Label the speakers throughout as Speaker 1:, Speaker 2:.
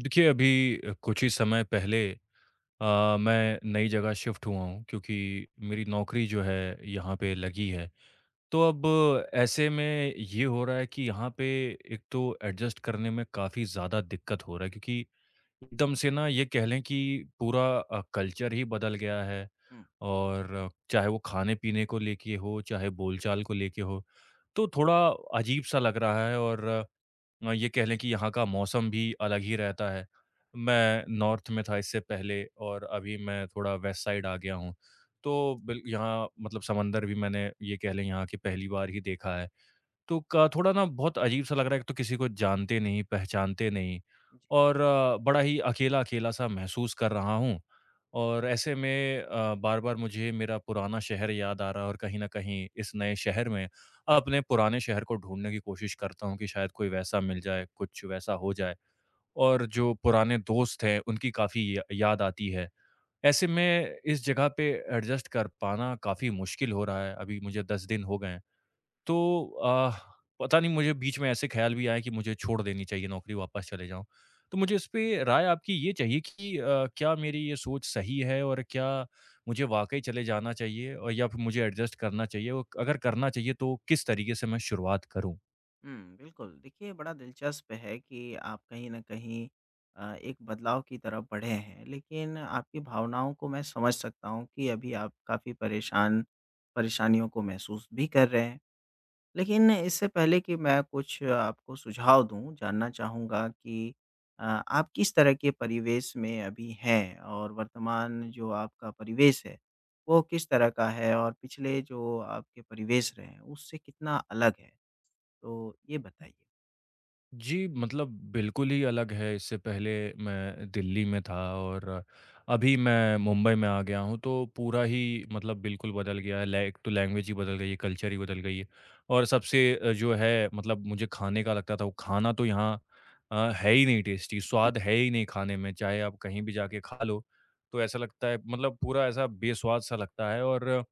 Speaker 1: देखिए, अभी कुछ ही समय पहले मैं नई जगह शिफ्ट हुआ हूँ क्योंकि मेरी नौकरी जो है यहाँ पे लगी है। तो अब ऐसे में ये हो रहा है कि यहाँ पे एक तो एडजस्ट करने में काफ़ी ज़्यादा दिक्कत हो रहा है क्योंकि एकदम से ना ये कह लें कि पूरा कल्चर ही बदल गया है।
Speaker 2: हुँ।
Speaker 1: और चाहे वो खाने-पीने को लेके हो, चाहे बोलचाल को लेके हो, तो थोड़ा अजीब-सा लग रहा है। और ये कह लें कि यहाँ का मौसम भी अलग ही रहता है। मैं नॉर्थ में था इससे पहले और अभी मैं थोड़ा वेस्ट साइड आ गया हूँ। तो बिल यहाँ मतलब समंदर भी मैंने ये कह लें यहाँ की पहली बार ही देखा है। तो क थोड़ा ना बहुत अजीब सा लग रहा है, एक तो किसी को जानते नहीं, पहचानते नहीं, और बड़ा ही अकेला-अकेला सा महसूस कर रहा हूँ। और ऐसे में बार-बार मुझे मेरा पुराना शहर याद आ रहा है और कहीं न कहीं इस नए शहर में अपने पुराने शहर को ढूँढने की कोशिश करता हूँ कि शायद कोई वैसा मिल जाए, कुछ वैसा हो जाए। और जो पुराने दोस्त हैं, उनकी काफ़ी य याद आती है। ऐसे में इस जगह पे एडजस्ट कर पाना काफ़ी मुश्किल हो रहा है, अभी मुझे 10 दिन हो गए हैं। तो अ, पता नहीं, मुझे बीच में ऐसे ख्याल भी आया कि मुझे छोड़ देनी चाहिए नौकरी, वापस चले जाऊँ। तो मुझे इस पे राय आपकी ये चाहिए कि क्या मेरी ये सोच सही है और क्या मुझे वाक़ई चले जाना चाहिए और या फिर मुझे एडजस्ट करना चाहिए? और अगर करना चाहिए तो किस तरीके से मैं शुरुआत करूँ?
Speaker 2: हुँ, बिल्कुल। देखिए, बड़ा दिलचस्प है कि आप कहीं न कहीं एक बदलाव की तरफ बढ़े हैं, लेकिन आपकी भावनाओं को मैं समझ सकता हूँ कि अभी आप काफ़ी परेशानियों को महसूस भी कर रहे हैं। लेकिन इससे पहले कि मैं कुछ आपको सुझाव दूँ, जानना चाहूँगा कि आप किस तरह के परिवेश में अभी हैं और वर्तमान जो आपका परिवेश है, वो किस तरह का है और पिछले जो आपके परिवेश रहे हैं, उससे कितना अलग है? तो ये बताइए?
Speaker 1: जी, मतलब बिल्कुल ही अलग है। इससे पहले मैं दिल्ली में था और अभी मैं मुंबई में आ गया हूँ, तो पूरा ही मतलब बिल्कुल बदल गया है, लाइक तो लैंग्वेज ही बदल गई है, कल्चर ही बदल गई है। और सबसे जो है मतलब मुझे खाने का लगता था, वो खाना तो यहाँ है ही नहीं टेस्टी,
Speaker 2: हुँ।
Speaker 1: स्वाद है ही नहीं खाने में, चाहे आप कहीं भी जाके खा लो, तो ऐसा लगता है मतलब पूरा ऐसा बेस्वाद-सा लगता है। और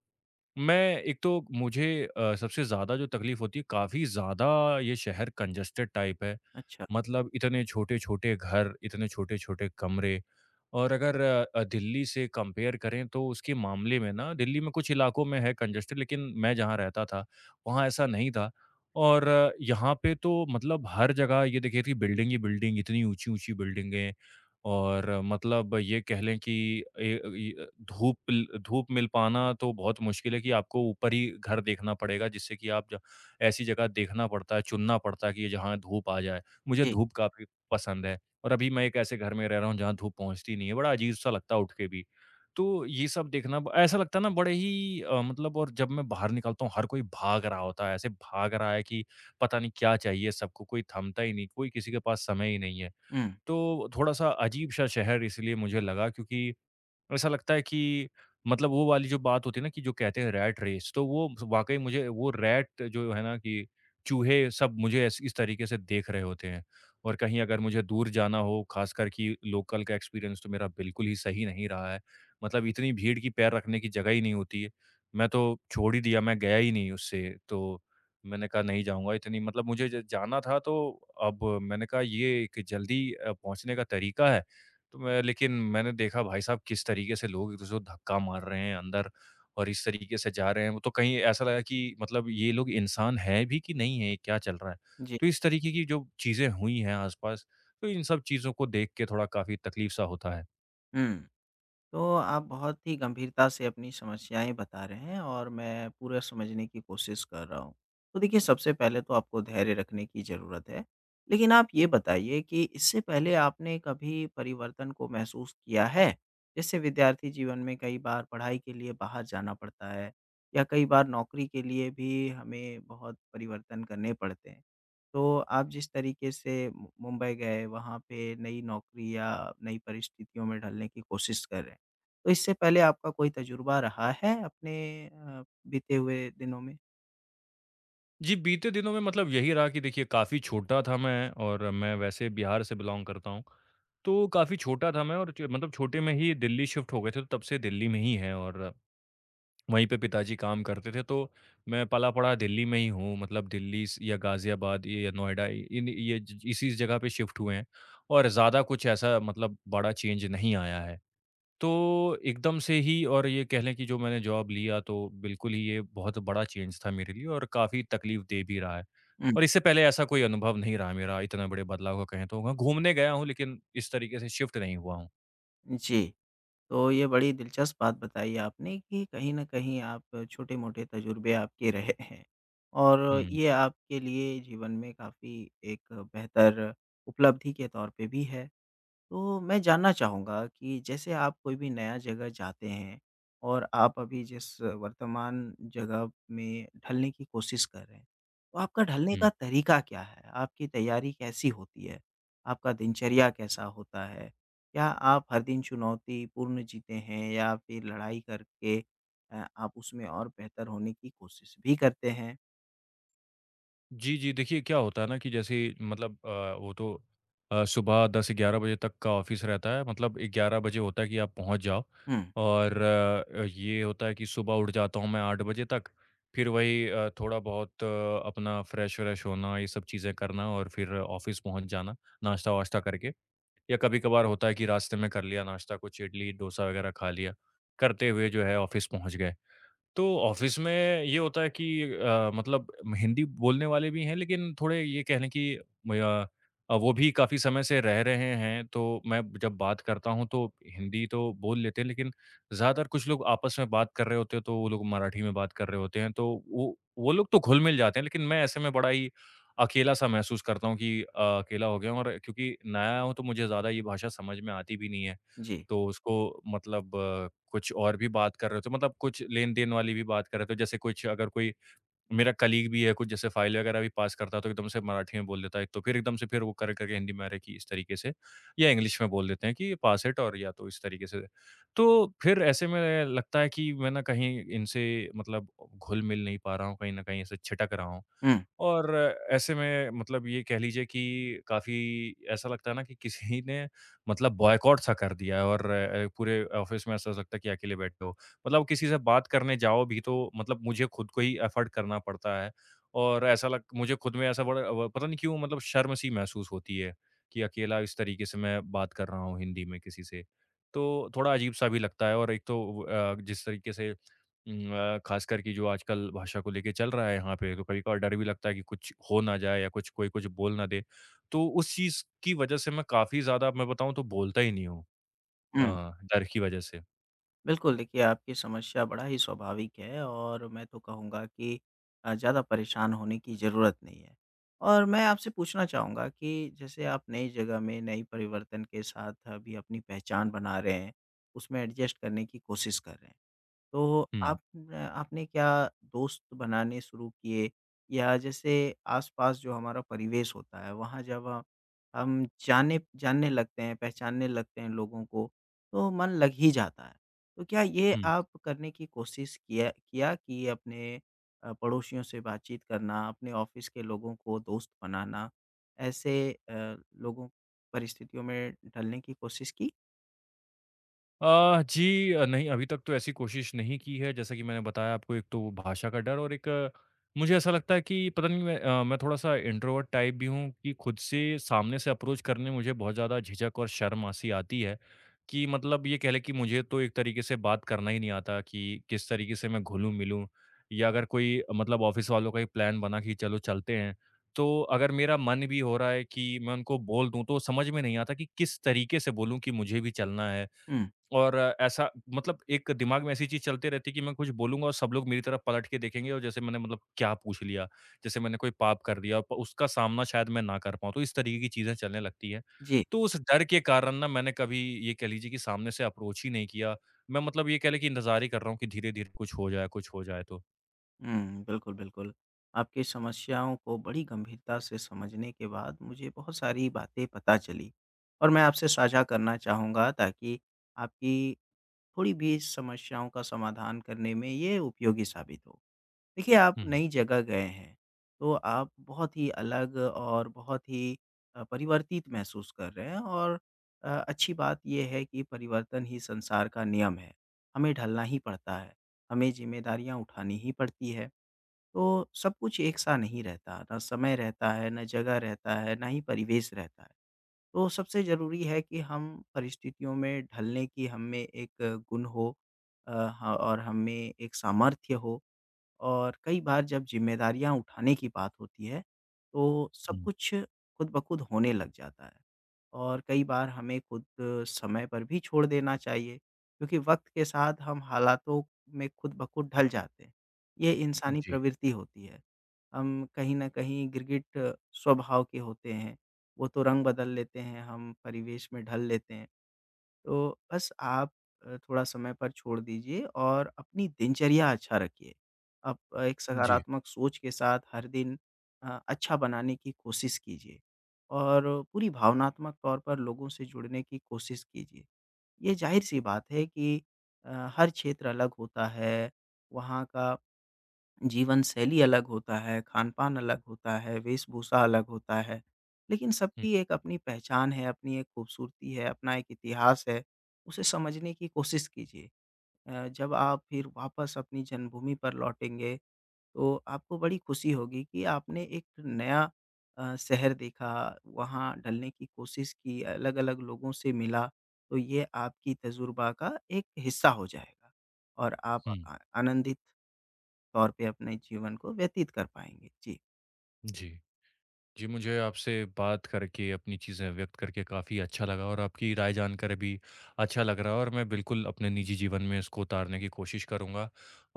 Speaker 1: मैं, एक तो मुझे सबसे ज़्यादा जो तकलीफ़ होती है, काफ़ी ज़्यादा, ये शहर कंजस्टेड टाइप है।
Speaker 2: अच्छा।
Speaker 1: मतलब इतने छोटे-छोटे घर, इतने छोटे-छोटे कमरे। और अगर दिल्ली से कंपेयर करें तो उसके मामले में ना दिल्ली में कुछ इलाकों में है कंजेस्टेड, लेकिन मैं जहाँ रहता था वहाँ ऐसा नहीं था। और यहाँ पे तो मतलब हर जगह ये देखिए कि बिल्डिंग ही बिल्डिंग, इतनी ऊंची ऊंची बिल्डिंगें। और मतलब ये कह लें कि ये धूप मिल पाना तो बहुत मुश्किल है, कि आपको ऊपर ही घर देखना पड़ेगा जिससे कि ऐसी जगह देखना पड़ता है, चुनना पड़ता है कि जहाँ धूप आ जाए। मुझे
Speaker 2: जी।
Speaker 1: धूप काफ़ी पसंद है। और अभी मैं एक ऐसे घर में रह रहा हूँ जहाँ धूप पहुँचती नहीं है, बड़ा अजीब-सा लगता है उठ के भी। तो ये सब देखना, ब ऐसा लगता है ना, बड़े ही मतलब। और जब मैं बाहर निकलता हूँ हर कोई भाग रहा होता है, ऐसे भाग रहा है कि पता नहीं क्या चाहिए सबको, कोई थमता ही नहीं, कोई किसी के पास समय ही नहीं है।
Speaker 2: हुँ।
Speaker 1: तो थोड़ा-सा अजीब-सा शहर इसलिए मुझे लगा, क्योंकि ऐसा लगता है कि मतलब वो वाली जो बात होती है ना कि जो कहते हैं रैट रेस, तो वो वाक़ई मुझे वो रैट जो है ना कि चूहे सब मुझे ऐस इस तरीके से देख रहे होते हैं। और कहीं अगर मुझे दूर जाना हो, ख़ासकर कि लोकल का एक्सपीरियंस तो मेरा बिल्कुल ही सही नहीं रहा है। मतलब इतनी भीड़, की पैर रखने की जगह ही नहीं होती है। मैं तो छोड़ ही दिया, मैं गया ही नहीं उससे। तो मैंने कहा नहीं जाऊँगा, इतनी, मतलब मुझे ज जाना था तो अब मैंने कहा ये एक जल्दी पहुँचने का तरीका है। तो मैं लेकिन मैंने देखा, भाई साहब, किस तरीके से लोग एक-दूसरे को धक्का मार रहे हैं अंदर और इस तरीके से जा रहे हैं, वो तो कहीं ऐसा लगा कि मतलब ये लोग इंसान हैं भी कि नहीं है, क्या चल रहा है?
Speaker 2: जी।
Speaker 1: तो इस तरीके की जो चीज़ें हुई हैं आस-पास, तो इन सब चीज़ों को देख के थोड़ा काफ़ी तकलीफ़-सा होता है।
Speaker 2: हुँ। तो आप बहुत ही गंभीरता से अपनी समस्याएँ बता रहे हैं और मैं पूरा समझने की कोशिश कर रहा हूँ। तो देखिए सबसे पहले तो आपको धैर्य रखने की ज़रूरत है। लेकिन आप ये बताइए कि इससे पहले आपने कभी परिवर्तन को महसूस किया है? जैसे विद्यार्थी जीवन में कई बार पढ़ाई के लिए बाहर जाना पड़ता है या कई बार नौकरी के लिए भी हमें बहुत परिवर्तन करने पड़ते हैं। तो आप जिस तरीके से मु मुंबई गए वहाँ पे नई नौकरी या नई परिस्थितियों में ढलने की कोशिश कर रहे हैं। तो इससे पहले आपका कोई तजुर्बा रहा है अपने अ, बीते हुए दिनों में?
Speaker 1: जी, बीते दिनों में मतलब यही रहा कि देखिए काफ़ी छोटा था मैं, और मैं वैसे बिहार से बिलॉन्ग करता हूँ। तो काफ़ी छोटा था मैं और च मतलब छोटे में ही दिल्ली शिफ्ट हो गए थे, तो तब से दिल्ली में ही हैं। और वहीं पे पिताजी काम करते थे तो मैं पला-पड़ा दिल्ली में ही हूँ, मतलब दिल्ली स या गाज़ियाबाद या नोएडा, इन ये ज इसी जगह पे शिफ्ट हुए हैं, और ज़्यादा कुछ ऐसा मतलब बड़ा चेंज नहीं आया है। तो एकदम से ही, और ये कह लें कि जो मैंने जॉब लिया, तो बिल्कुल ही, ये बहुत बड़ा चेंज था मेरे लिए और काफ़ी तकलीफ़ दे भी रहा है।
Speaker 2: हुँ,
Speaker 1: और इससे पहले ऐसा कोई अनुभव नहीं रहा मेरा, इतने बड़े बदलाव का कहें तो। हाँ, घूमने गया हूँ लेकिन इस तरीके से शिफ्ट नहीं हुआ हूँ।
Speaker 2: जी। तो ये बड़ी दिलचस्प बात बताई आपने कि कहीं न कहीं आप छोटे-मोटे तजुर्बे आपके रहे हैं और
Speaker 1: हुँ।
Speaker 2: ये आपके लिए जीवन में काफ़ी एक बेहतर उपलब्धि के तौर पे भी है। तो मैं जानना चाहूँगा कि जैसे आप कोई भी नया जगह जाते हैं और आप अभी जिस वर्तमान जगह में ढलने की कोशिश कर रहे हैं, तो आपका ढलने का
Speaker 1: हुँ।
Speaker 2: तरीका क्या है? आपकी तैयारी कैसी होती है? आपका दिनचर्या कैसा होता है? क्या आप हर दिन चुनौतीपूर्ण जीते हैं या फिर लड़ाई करके आप उसमें और बेहतर होने की कोशिश भी करते हैं?
Speaker 1: जी, जी। देखिए, क्या होता है ना कि जैसे मतलब वो तो सुबह 10-11 बजे तक का ऑफ़िस रहता है। मतलब 11 बजे होता है कि आप पहुँच जाओ।
Speaker 2: हुँ,
Speaker 1: और ये होता है कि सुबह उठ जाता हूँ मैं 8 बजे तक। फिर वही थोड़ा बहुत अपना फ्रेश-व्रेश होना, ये सब चीज़ें करना और फिर ऑफ़िस पहुँच जाना, नाश्ता-वाश्ता करके। या कभी-कभार होता है कि रास्ते में कर लिया नाश्ता, कुछ इडली, डोसा वग़ैरह खा लिया, करते हुए जो है ऑफ़िस पहुँच गए। तो ऑफिस में ये होता है कि मतलब हिंदी बोलने वाले भी हैं, लेकिन थोड़े ये कह लें कि वो भी काफ़ी समय से रह रहे हैं तो मैं जब बात करता हूँ तो हिंदी तो बोल लेते हैं, लेकिन ज़्यादातर कुछ लोग आपस में बात कर रहे होते हैं तो वो लोग मराठी में बात कर रहे होते हैं, तो वो लोग तो घुल मिल जाते हैं। लेकिन मैं ऐसे में बड़ा ही अकेला सा महसूस करता हूँ, कि अकेला हो गया हूँ, और क्योंकि नया हूँ तो मुझे ज़्यादा ये भाषा समझ में आती भी नहीं है।
Speaker 2: जी।
Speaker 1: तो उसको, मतलब कुछ और भी बात कर रहे थे, मतलब कुछ लेन-देन वाली भी बात कर रहे थे। जैसे कुछ अगर कोई मेरा कलीग भी है, कुछ जैसे फाइल वगैरह भी पास करता है, तो एकदम से मराठी में बोल देता है। तो फिर एकदम से फिर वो कर करके हिंदी में, अरे! कि इस तरीके से, या इंग्लिश में बोल देते हैं कि पास इट, और या तो इस तरीके से। तो फिर ऐसे में लगता है कि मैं ना कहीं इनसे मतलब घुल-मिल नहीं पा रहा हूँ, कहीं न कहीं ऐसे छिटक रहा हूँ।
Speaker 2: हुँ,
Speaker 1: और ऐसे में मतलब ये कह लीजिए कि काफ़ी ऐसा लगता है ना कि किसी ने मतलब बॉयकॉट सा कर दिया है, और पूरे ऑफ़िस में ऐसा लगता है कि अकेले बैठे हो। मतलब किसी से बात करने जाओ भी तो मतलब मुझे खुद को ही एफ़र्ट करना पड़ता है। और ऐसा लग मुझे खुद में ऐसा बड़ा, व पता नहीं क्यों, मतलब शर्म-सी महसूस होती है कि अकेला इस तरीके से मैं बात कर रहा हूँ हिंदी में किसी से। तो थोड़ा अजीब-सा भी लगता है। और एक तो जिस तरीके से ख़ासकर कि जो आजकल भाषा को लेके चल रहा है यहाँ पे, तो कभी-कभार डर भी लगता है कि कुछ हो ना जाए, या कुछ कोई कुछ बोल ना दे। तो उस चीज़ की वजह से मैं काफ़ी ज़्यादा, मैं बताऊँ तो बोलता ही नहीं हूँ, अ,
Speaker 2: हुँ।
Speaker 1: डर की वजह से।
Speaker 2: बिल्कुल, देखिए आपकी समस्या बड़ा ही स्वाभाविक है और मैं तो कहूँगा कि ज़्यादा परेशान होने की ज़रूरत नहीं है। और मैं आपसे पूछना चाहूँगा कि जैसे आप नई जगह में नई परिवर्तन के साथ अभी अपनी पहचान बना रहे हैं, उसमें एडजस्ट करने की कोशिश कर रहे हैं। तो
Speaker 1: हुँ,
Speaker 2: आप न आपने क्या दोस्त बनाने शुरू किए या जैसे आस-पास जो हमारा परिवेश होता है, वहाँ जब हम जाने जानने लगते हैं, पहचानने लगते हैं लोगों को, तो मन लग ही जाता है। तो क्या ये
Speaker 1: हुँ।
Speaker 2: आप करने की कोशिश किया किया कि अपने पड़ोसियों से बातचीत करना, अपने ऑफ़िस के लोगों को दोस्त बनाना, ऐसे लोगों परिस्थितियों में ढलने की कोशिश की?
Speaker 1: जी, नहीं, अभी तक तो ऐसी कोशिश नहीं की है। जैसा कि मैंने बताया आपको, एक तो भाषा का डर, और एक मुझे ऐसा लगता है कि पता नहीं, मैं थोड़ा-सा इंट्रोवर्ट टाइप भी हूँ, कि खुद से सामने से अप्रोच करने मुझे बहुत ज़्यादा झिझक और शर्म-सी आती है, कि मतलब ये कह लें कि मुझे तो एक तरीके से बात करना ही नहीं आता कि किस तरीके से मैं घुलूँ-मिलूँ। या अगर कोई, मतलब ऑफ़िस वालों का ही प्लान बना कि चलो चलते हैं, तो अगर मेरा मन भी हो रहा है कि मैं उनको बोल दूँ, तो समझ में नहीं आता कि किस तरीके से बोलूँ कि मुझे भी चलना है।
Speaker 2: हुँ,
Speaker 1: और ऐसा, मतलब एक दिमाग में ऐसी चीज़ चलती रहती है कि मैं कुछ बोलूँगा और सब लोग मेरी तरफ पलट के देखेंगे, और जैसे मैंने, मतलब, क्या पूछ लिया? जैसे मैंने कोई पाप कर दिया, प उसका सामना शायद मैं ना कर पाऊँ, तो इस तरीके की चीज़ें चलने लगती हैं।
Speaker 2: जी।
Speaker 1: तो उस डर के कारण ना मैंने कभी, ये कह लीजिए कि सामने से अप्रोच ही नहीं किया। मैं, मतलब ये कह लें कि इंतज़ार ही कर रहा हूँ कि धीरे-धीरे कुछ हो जाए, कुछ हो जाए तो।
Speaker 2: हुँ, बिल्कुल, बिल्कुल। आपकी समस्याओं को बड़ी गंभीरता से समझने के बाद मुझे बहुत सारी बातें पता चली और मैं आपसे साझा करना चाहूँगा ताकि आपकी थोड़ी भी समस्याओं का समाधान करने में ये उपयोगी साबित हो। देखिए, आप
Speaker 1: हुँ,
Speaker 2: नई जगह गए हैं, तो आप बहुत ही अलग और बहुत ही परिवर्तित महसूस कर रहे हैं और अच्छी बात ये है कि परिवर्तन ही संसार का नियम है। हमें ढलना ही पड़ता है, हमें ज़िम्मेदारियाँ उठानी ही पड़ती है। तो सब कुछ एक सा नहीं रहता, ना समय रहता है, ना जगह रहता है, ना ही परिवेश रहता है। तो सबसे ज़रूरी है कि हम परिस्थितियों में ढलने की हम में एक गुण हो अ, ह और हमें एक सामर्थ्य हो और कई बार जब ज़िम्मेदारियाँ उठाने की बात होती है, तो सब
Speaker 1: हुँ।
Speaker 2: कुछ खुद ब खुद होने लग जाता है। और कई बार हमें खुद समय पर भी छोड़ देना चाहिए, क्योंकि वक़्त के साथ हम हालातों में खुद ब खुद ढल जाते हैं। ये इंसानी
Speaker 1: जी,
Speaker 2: प्रवृत्ति होती है। हम कहीं न कहीं गिरगिट स्वभाव के होते हैं, वो तो रंग बदल लेते हैं, हम परिवेश में ढल लेते हैं। तो बस आप थोड़ा समय पर छोड़ दीजिए और अपनी दिनचर्या अच्छा रखिए। आप एक
Speaker 1: जी।
Speaker 2: सकारात्मक सोच के साथ हर दिन अच्छा बनाने की कोशिश कीजिए और पूरी भावनात्मक तौर पर लोगों से जुड़ने की कोशिश कीजिए। ये ज़ाहिर-सी बात है कि अ, हर क्षेत्र अलग होता है, वहाँ का जीवन शैली अलग होता है, खान-पान अलग होता है, वेशभूषा अलग होता है, लेकिन
Speaker 1: हुँ,
Speaker 2: सबकी एक अपनी पहचान है, अपनी एक खूबसूरती है, अपना एक इतिहास है, उसे समझने की कोशिश कीजिए। जब आप फिर वापस अपनी जन्मभूमि पर लौटेंगे, तो आपको बड़ी खुशी होगी कि आपने एक नया शहर देखा, वहाँ ढलने की कोशिश की, अलग-अलग लोगों से मिला, तो ये आपकी तजुर्बा का एक हिस्सा हो जाएगा और आप
Speaker 1: हुँ।
Speaker 2: आ आनंदित तौर पे अपने जीवन को व्यतीत कर पाएँगे। जी।
Speaker 1: जी। जी, मुझे आपसे बात करके, अपनी चीज़ें व्यक्त करके काफ़ी अच्छा लगा, और आपकी राय जानकर भी अच्छा लग रहा है। और मैं बिल्कुल अपने निजी जीवन में इसको उतारने की कोशिश करूँगा,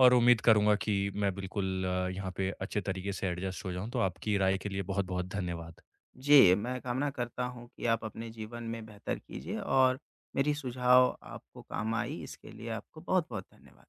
Speaker 1: और उम्मीद करूँगा कि मैं बिल्कुल यहाँ पे अच्छे तरीके से एडजस्ट हो जाऊँ। तो आपकी राय के लिए बहुत-बहुत धन्यवाद।
Speaker 2: जी, मैं कामना करता हूँ कि आप अपने जीवन में बेहतर कीजिए और मेरी सुझाव आपको काम आई इसके लिए आपको बहुत-बहुत धन्यवाद।